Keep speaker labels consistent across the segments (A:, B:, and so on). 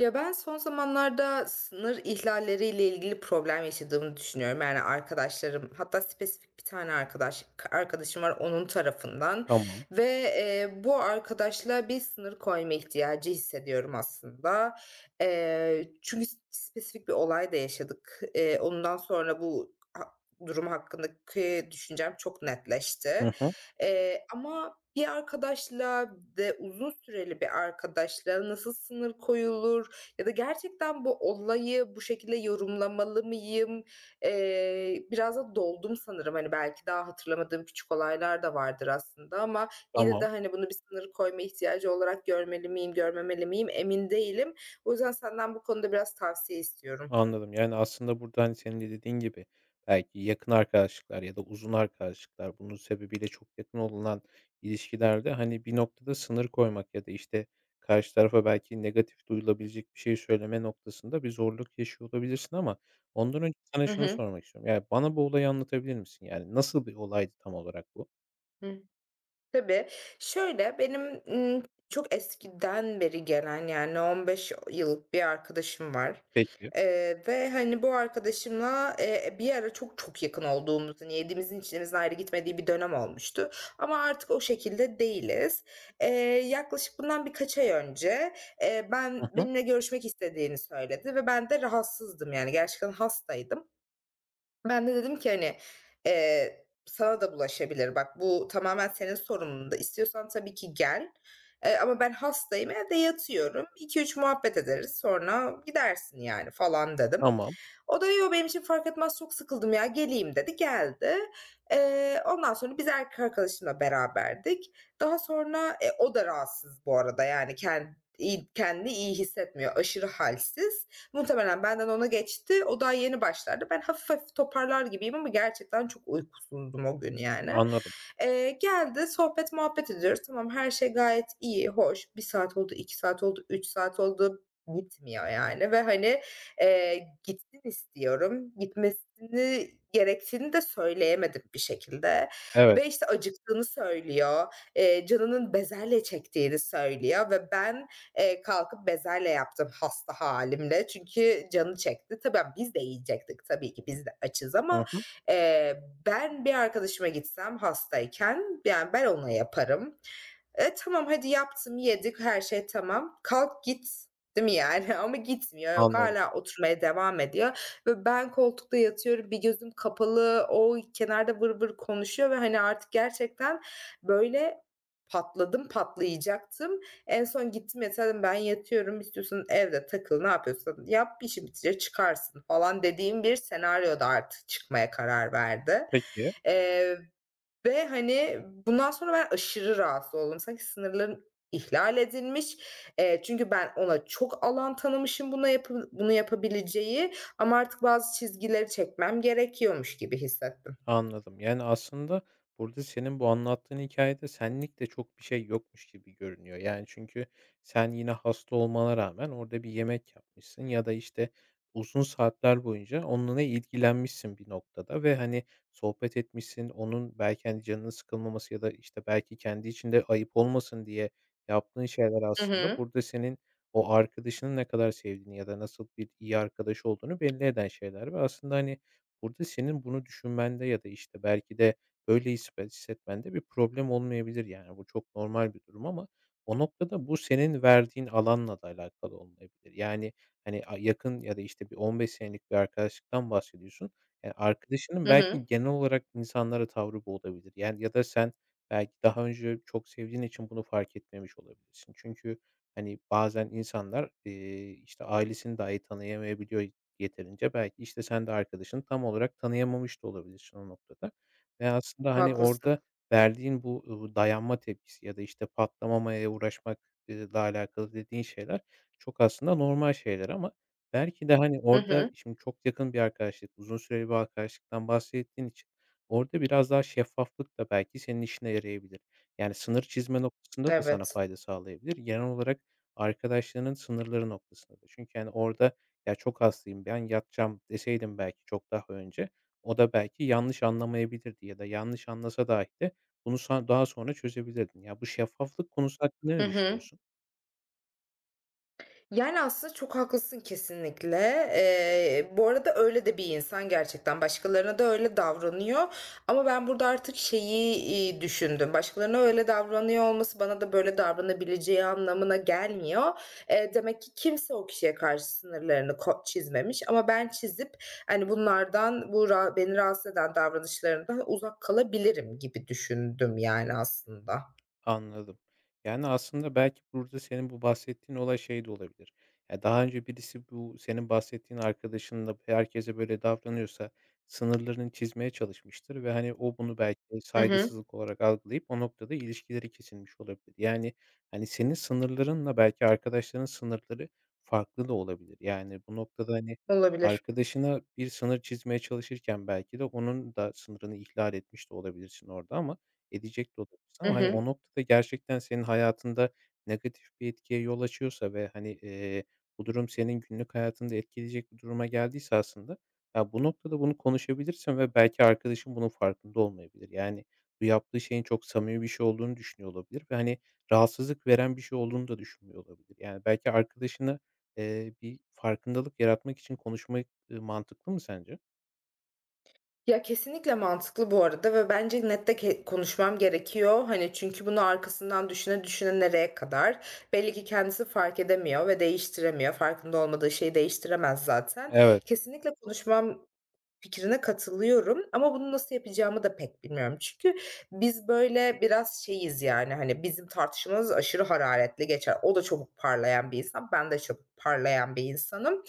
A: Ya, ben son zamanlarda sınır ihlalleriyle ilgili problem yaşadığımı düşünüyorum. Yani, arkadaşlarım, hatta spesifik bir tane arkadaşım var onun tarafından
B: Tamam.
A: ve, bu arkadaşla bir sınır koyma ihtiyacı hissediyorum aslında. Çünkü spesifik bir olay da yaşadık. Ondan sonra bu ha durum hakkındaki düşüncem çok netleşti.
B: Hı hı.
A: Ama bir arkadaşla de uzun süreli bir arkadaşla nasıl sınır koyulur, ya da gerçekten bu olayı bu şekilde yorumlamalı mıyım? Biraz da doldum sanırım. Hani, belki daha hatırlamadığım küçük olaylar da vardır aslında ama yine
B: Tamam.
A: de, hani, bunu bir sınır koyma ihtiyacı olarak görmeli miyim, görmemeli miyim emin değilim. O yüzden senden bu konuda biraz tavsiye istiyorum.
B: Anladım. Yani, aslında burada, hani, senin de dediğin gibi belki yakın arkadaşlıklar ya da uzun arkadaşlıklar, bunun sebebiyle çok yakın olunan ilişkilerde, hani, bir noktada sınır koymak ya da, işte, karşı tarafa belki negatif duyulabilecek bir şey söyleme noktasında bir zorluk yaşıyor olabilirsin ama ondan önce sana
A: Hı
B: şunu
A: hı.
B: sormak istiyorum. Yani, bana bu olayı anlatabilir misin? Yani, nasıl bir olaydı tam olarak bu?
A: Hı Tabii. Şöyle, benim, çok eskiden beri gelen, yani 15 yıllık bir arkadaşım var,
B: Peki.
A: ve, hani, bu arkadaşımla, bir ara çok çok yakın olduğumuz, hani, yediğimizin içtiğimizin ayrı gitmediği bir dönem olmuştu ama artık o şekilde değiliz. Eee, Yaklaşık bundan birkaç ay önce,
B: Hı hı.
A: benimle görüşmek istediğini söyledi ve ben de rahatsızdım, yani gerçekten hastaydım. Ben de dedim ki, hani, "Sana da bulaşabilir. Bak, bu tamamen senin sorunun. İstiyorsan tabii ki gel, ama ben hastayım, evde yatıyorum. 2 üç muhabbet ederiz, sonra gidersin yani." falan dedim.
B: Tamam.
A: O da, "Yo, benim için fark etmez, çok sıkıldım ya, geleyim." dedi, geldi. Ondan sonra biz erkek arkadaşımla beraberdik. Daha sonra, o da rahatsız bu arada, yani, kendi iyi iyi hissetmiyor, aşırı halsiz. Muhtemelen benden ona geçti. O daha yeni başlardı. Ben hafif hafif toparlar gibiyim ama gerçekten çok uykusuzdum o gün yani.
B: Anladım.
A: Geldi sohbet muhabbet ediyoruz. Tamam, her şey gayet iyi, hoş. Bir saat oldu, 2 saat oldu, 3 saat oldu. Gitmiyor yani ve hani, gitsin istiyorum. Gitmesini gerektiğini de söyleyemedim bir şekilde
B: Evet.
A: ve işte acıktığını söylüyor, canının bezelye çektiğini söylüyor ve ben kalkıp bezelye yaptım hasta halimle çünkü canı çekti. Tabii, yani biz de yiyecektik tabii ki biz de açız ama,
B: Hı hı.
A: ben bir arkadaşıma gitsem hastayken, yani, ben ona yaparım. E, tamam hadi yaptım, yedik, her şey tamam. Kalk git, değil mi yani? Ama gitmiyor, yok
B: Anladım.
A: hala oturmaya devam ediyor ve ben koltukta yatıyorum, bir gözüm kapalı, o kenarda vır vır konuşuyor ve, hani, artık gerçekten böyle patlayacaktım, en son gittim ya, ben yatıyorum, istiyorsan evde takıl ne yapıyorsan yap işin bitince çıkarsın falan dediğim bir senaryoda artık çıkmaya karar verdi.
B: Peki.
A: Eee, Ve hani bundan sonra ben aşırı rahatsız oldum. Sanki sınırlarım ihlal edilmiş. Çünkü ben ona çok alan tanımışım buna yapı bunu yapabileceği, ama artık bazı çizgileri çekmem gerekiyormuş gibi hissettim.
B: Anladım. Yani, aslında burada senin bu anlattığın hikayede senlik de çok bir şey yokmuş gibi görünüyor. Yani, çünkü sen yine hasta olmana rağmen orada bir yemek yapmışsın ya da, işte, uzun saatler boyunca onunla ilgilenmişsin bir noktada ve, hani, sohbet etmişsin. Onun belki, hani, canının sıkılmaması ya da, işte, belki kendi içinde ayıp olmasın diye yaptığın şeyler
A: Hı
B: aslında
A: hı.
B: burada senin o arkadaşının ne kadar sevdiğini ya da nasıl bir iyi arkadaş olduğunu belli eden şeyler ve aslında, hani, burada senin bunu düşünmende ya da, işte, belki de böyle hispe hissetmende bir problem olmayabilir, yani, bu çok normal bir durum ama o noktada bu senin verdiğin alanla da alakalı olmayabilir. Yani, hani, a yakın ya da, işte, bir 15 senelik bir arkadaşlıktan bahsediyorsun. E, arkadaşının
A: Hı
B: belki
A: hı.
B: genel olarak insanlara tavrı bu olabilir. Yani, ya da sen belki daha önce çok sevdiğin için bunu fark etmemiş olabilirsin. Çünkü, hani, bazen insanlar, işte, ailesini dahi tanıyamayabiliyor. Yeterince belki, işte, sen de arkadaşını tam olarak tanıyamamış da olabilirsin o noktada ve aslında, hani,
A: Haklısın.
B: orada verdiğin bu, dayanma tepkisi ya da, işte, patlamamaya uğraşmakla alakalı dediğin şeyler çok aslında normal şeyler ama belki de, hani,
A: Hı
B: orada
A: hı.
B: şimdi çok yakın bir arkadaşlık, uzun süreli bir arkadaşlıktan bahsettiğin için orada biraz daha şeffaflık da belki senin işine yarayabilir. Yani, sınır çizme noktasında da sana
A: Evet.
B: fayda sağlayabilir. Genel olarak arkadaşlarının sınırları noktasında da. Çünkü, hani, orada "Ya, çok hastayım, ben yatacağım." deseydim belki çok daha önce, o da belki yanlış anlamayabilirdi ya da yanlış anlasa dahi de bunu son daha sonra çözebilirdin. Ya, bu şeffaflık konusu hakkında
A: Hı
B: ne
A: hı.
B: düşünüyorsun?
A: Yani, aslında çok haklısın kesinlikle. Bu arada öyle de bir insan gerçekten. Başkalarına da öyle davranıyor ama ben burada artık şeyi, düşündüm. Başkalarına öyle davranıyor olması bana da böyle davranabileceği anlamına gelmiyor. Demek ki kimse o kişiye karşı sınırlarını çizmemiş ama ben çizip, hani, bunlardan, bu ra beni rahatsız eden davranışlarından uzak kalabilirim gibi düşündüm, yani, aslında.
B: Anladım. Yani, aslında belki burada senin bu bahsettiğin olay şey de olabilir. Ya, daha önce birisi bu senin bahsettiğin arkadaşınla herkese böyle davranıyorsa sınırlarını çizmeye çalışmıştır ve, hani, o bunu belki
A: Hı hı.
B: saygısızlık olarak algılayıp o noktada ilişkileri kesilmiş olabilir. Yani, hani, senin sınırlarınla belki arkadaşların sınırları farklı da olabilir. Yani, bu noktada, hani,
A: Olabilir.
B: arkadaşına bir sınır çizmeye çalışırken belki de onun da sınırını ihlal etmiş de olabilirsin orada ama edecek de olabilirsin
A: Hı
B: ama, hani, o
A: hı.
B: noktada gerçekten senin hayatında negatif bir etkiye yol açıyorsa ve, hani, bu durum senin günlük hayatında etkileyecek bir duruma geldiyse aslında, ya, bu noktada bunu konuşabilirsin ve belki arkadaşın bunun farkında olmayabilir. Yani, bu yaptığı şeyin çok samimi bir şey olduğunu düşünüyor olabilir ve, hani, rahatsızlık veren bir şey olduğunu da düşünmüyor olabilir. Yani, belki arkadaşına, bir farkındalık yaratmak için konuşmak, mantıklı mı sence?
A: Ya, kesinlikle mantıklı bu arada ve bence net de konuşmam gerekiyor. Hani, çünkü bunu arkasından düşüne düşüne nereye kadar? Belli ki kendisi fark edemiyor ve değiştiremiyor. Farkında olmadığı şeyi değiştiremez zaten.
B: Evet.
A: Kesinlikle konuşmam. Fikrine katılıyorum ama bunu nasıl yapacağımı da pek bilmiyorum. Çünkü biz, böyle, biraz şeyiz, yani, hani, bizim tartışmamız aşırı hararetli geçer. O da çabuk parlayan bir insan, ben de çabuk parlayan bir insanım,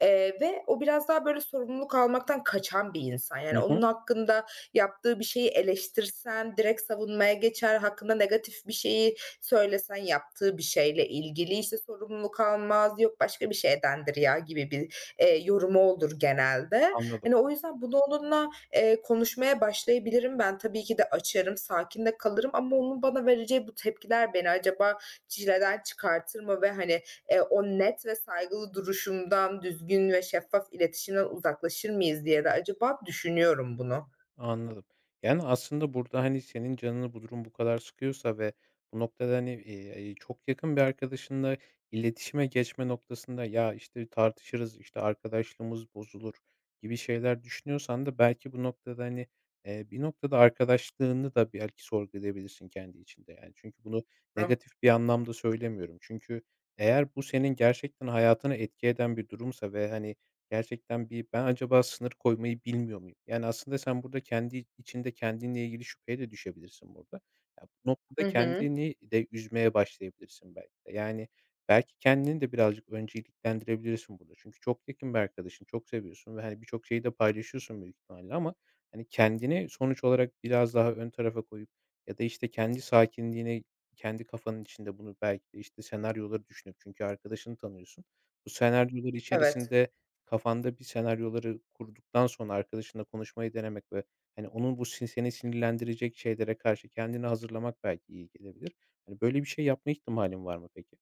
A: ve o biraz daha, böyle, sorumluluk almaktan kaçan bir insan. Yani,
B: Hı hı.
A: onun hakkında yaptığı bir şeyi eleştirsen direkt savunmaya geçer, hakkında negatif bir şeyi söylesen yaptığı bir şeyle ilgili, işte, sorumluluk almaz, "Yok, başka bir şeydendir ya." gibi bir, yorumu olur genelde.
B: Anladım.
A: Hani, o yüzden bunu onunla, konuşmaya başlayabilirim ben. Tabii ki de açarım, sakin de kalırım ama onun bana vereceği bu tepkiler beni acaba çileden çıkartır mı ve, hani, o net ve saygılı duruşumdan, düzgün ve şeffaf iletişimden uzaklaşır mıyız diye de acaba düşünüyorum bunu.
B: Anladım. Yani, aslında burada, hani, senin canını bu durum bu kadar sıkıyorsa ve bu noktada, hani, çok yakın bir arkadaşınla iletişime geçme noktasında, "Ya, işte, tartışırız, işte, arkadaşlığımız bozulur." gibi şeyler düşünüyorsan da belki bu noktada, hani, bir noktada arkadaşlığını da belki sorgulayabilirsin kendi içinde, yani. Çünkü bunu negatif bir anlamda söylemiyorum. Çünkü eğer bu senin gerçekten hayatını etki eden bir durumsa ve, hani, gerçekten bir ben acaba sınır koymayı bilmiyor muyum? Yani, aslında sen burada kendi içinde kendinle ilgili şüpheye de düşebilirsin burada. Ya, bu noktada
A: Hı hı.
B: kendini de üzmeye başlayabilirsin belki de. Yani, belki kendini de birazcık önceliklendirebilirsin burada. Çünkü çok yakın bir arkadaşın, çok seviyorsun ve, hani, birçok şeyi de paylaşıyorsun büyük ihtimalle ama, hani, kendini sonuç olarak biraz daha ön tarafa koyup ya da, işte, kendi sakinliğine, kendi kafanın içinde bunu belki de, işte, senaryoları düşünüp çünkü arkadaşını tanıyorsun. Bu senaryolar
A: Evet.
B: içerisinde kafanda bir senaryoları kurduktan sonra arkadaşınla konuşmayı denemek ve, hani, onun bu sin seni sinirlendirecek şeylere karşı kendini hazırlamak belki iyi gelebilir. Hani, böyle bir şey yapma ihtimalin var mı peki?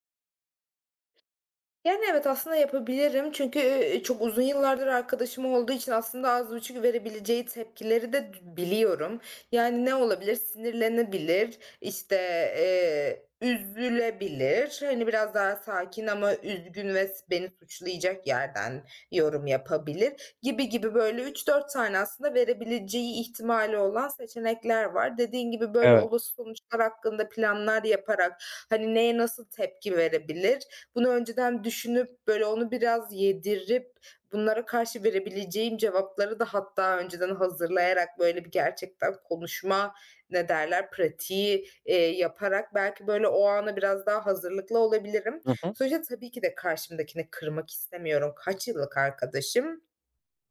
A: Yani, evet, aslında yapabilirim çünkü, çok uzun yıllardır arkadaşım olduğu için aslında az buçuk verebileceği tepkileri de biliyorum. Yani, ne olabilir? Sinirlenebilir, işte, üzülebilir, hani, biraz daha sakin ama üzgün ve beni suçlayacak yerden yorum yapabilir gibi gibi, böyle, üç dört tane aslında verebileceği ihtimali olan seçenekler var. Dediğin gibi, böyle,
B: Evet.
A: olası sonuçlar hakkında planlar yaparak, hani, neye nasıl tepki verebilir bunu önceden düşünüp, böyle, onu biraz yedirip bunlara karşı verebileceğim cevapları da hatta önceden hazırlayarak, böyle, bir gerçekten konuşma, ne derler, pratiği, yaparak belki, böyle, o ana biraz daha hazırlıklı olabilirim.
B: Hı hı.
A: Sonuçta tabii ki de karşımdakini kırmak istemiyorum. Kaç yıllık arkadaşım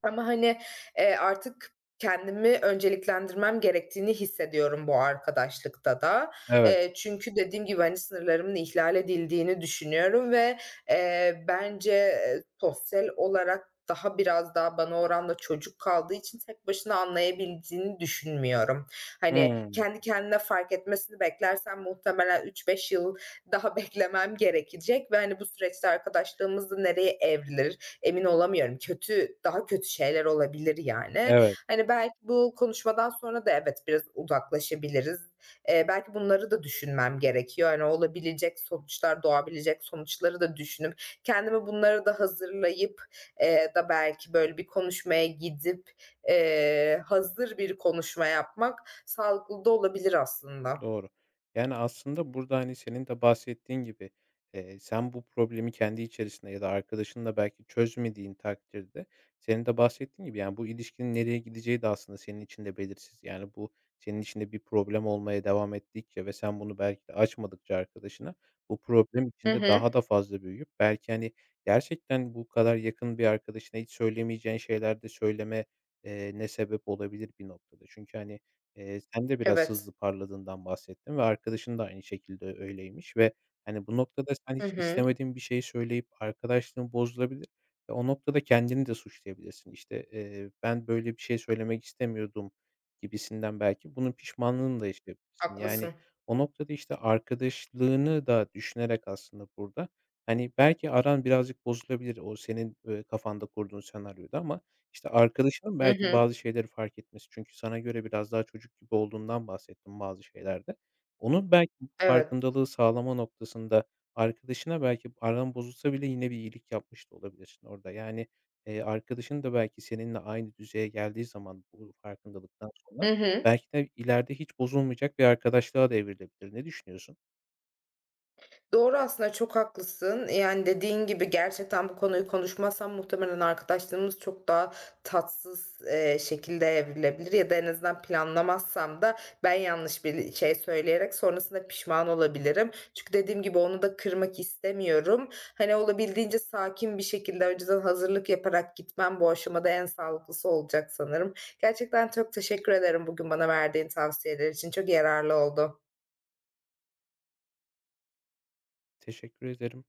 A: ama, hani, artık kendimi önceliklendirmem gerektiğini hissediyorum bu arkadaşlıkta da.
B: Evet.
A: Çünkü dediğim gibi, hani, sınırlarımın ihlal edildiğini düşünüyorum ve, bence, sosyal olarak biraz daha bana oranla çocuk kaldığı için tek başına anlayabildiğini düşünmüyorum. Hani,
B: Hıı.
A: kendi kendine fark etmesini beklersem muhtemelen üç beş yıl daha beklemem gerekecek ve, hani, bu süreçte arkadaşlığımız da nereye evrilir, emin olamıyorum. Kötü, daha kötü şeyler olabilir yani.
B: Evet.
A: Hani, belki bu konuşmadan sonra da evet, biraz uzaklaşabiliriz. Belki bunları da düşünmem gerekiyor. Hani, olabilecek sonuçlar, doğabilecek sonuçları da düşünüp kendimi bunları da hazırlayıp, da belki böyle bir konuşmaya gidip, hazır bir konuşma yapmak sağlıklı da olabilir aslında.
B: Doğru. Yani, aslında burada, hani, senin de bahsettiğin gibi, sen bu problemi kendi içerisinde ya da arkadaşınla belki çözmediğin takdirde senin de bahsettiğin gibi, yani, bu ilişkinin nereye gideceği de aslında senin için de belirsiz. Yani, bu senin içinde bir problem olmaya devam ettikçe ve sen bunu belki de açmadıkça arkadaşına bu problem
A: Hı
B: içinde
A: hı.
B: daha da fazla büyüyüp belki, hani, gerçekten bu kadar yakın bir arkadaşına hiç söylemeyeceğin şeyler de söyleme ne sebep olabilir bir noktada. Çünkü, hani, sen de biraz
A: Evet.
B: hızlı parladığından bahsettin ve arkadaşın da aynı şekilde öyleymiş ve, hani, bu noktada sen
A: Hı
B: hiç
A: hı.
B: istemediğin bir şey söyleyip arkadaşlığın bozulabilir ve o noktada kendini de suçlayabilirsin. İşte, "Ben böyle bir şey söylemek istemiyordum." gibisinden belki bunun pişmanlığını da yaşayabilirsin. Yani,
A: Haklısın.
B: o noktada, işte, arkadaşlığını da düşünerek aslında burada, hani, belki aran birazcık bozulabilir o senin, kafanda kurduğun senaryoda ama işte, arkadaşının
A: Hı
B: belki
A: hı.
B: bazı şeyleri fark etmesi çünkü sana göre biraz daha çocuk gibi olduğundan bahsettin bazı şeylerde. Onun belki bu
A: Evet.
B: farkındalığı sağlama noktasında arkadaşına belki aran bozulsa bile yine bir iyilik yapmış da olabilirsin orada. Yani, arkadaşın da belki seninle aynı düzeye geldiği zaman bu farkındalıktan sonra
A: Hı hı.
B: belki de ileride hiç bozulmayacak bir arkadaşlığa da evrilebilir. Ne düşünüyorsun?
A: Doğru aslında, çok haklısın. Yani, dediğin gibi gerçekten bu konuyu konuşmazsan muhtemelen arkadaşlığımız çok daha tatsız, şekilde evrilebilir ya da en azından planlamazsam da ben yanlış bir şey söyleyerek sonrasında pişman olabilirim. Çünkü dediğim gibi onu da kırmak istemiyorum. Hani, olabildiğince sakin bir şekilde önceden hazırlık yaparak gitmem bu aşamada en sağlıklısı olacak sanırım. Gerçekten çok teşekkür ederim bugün bana verdiğin tavsiyeler için. Çok yararlı oldu.
B: Teşekkür ederim.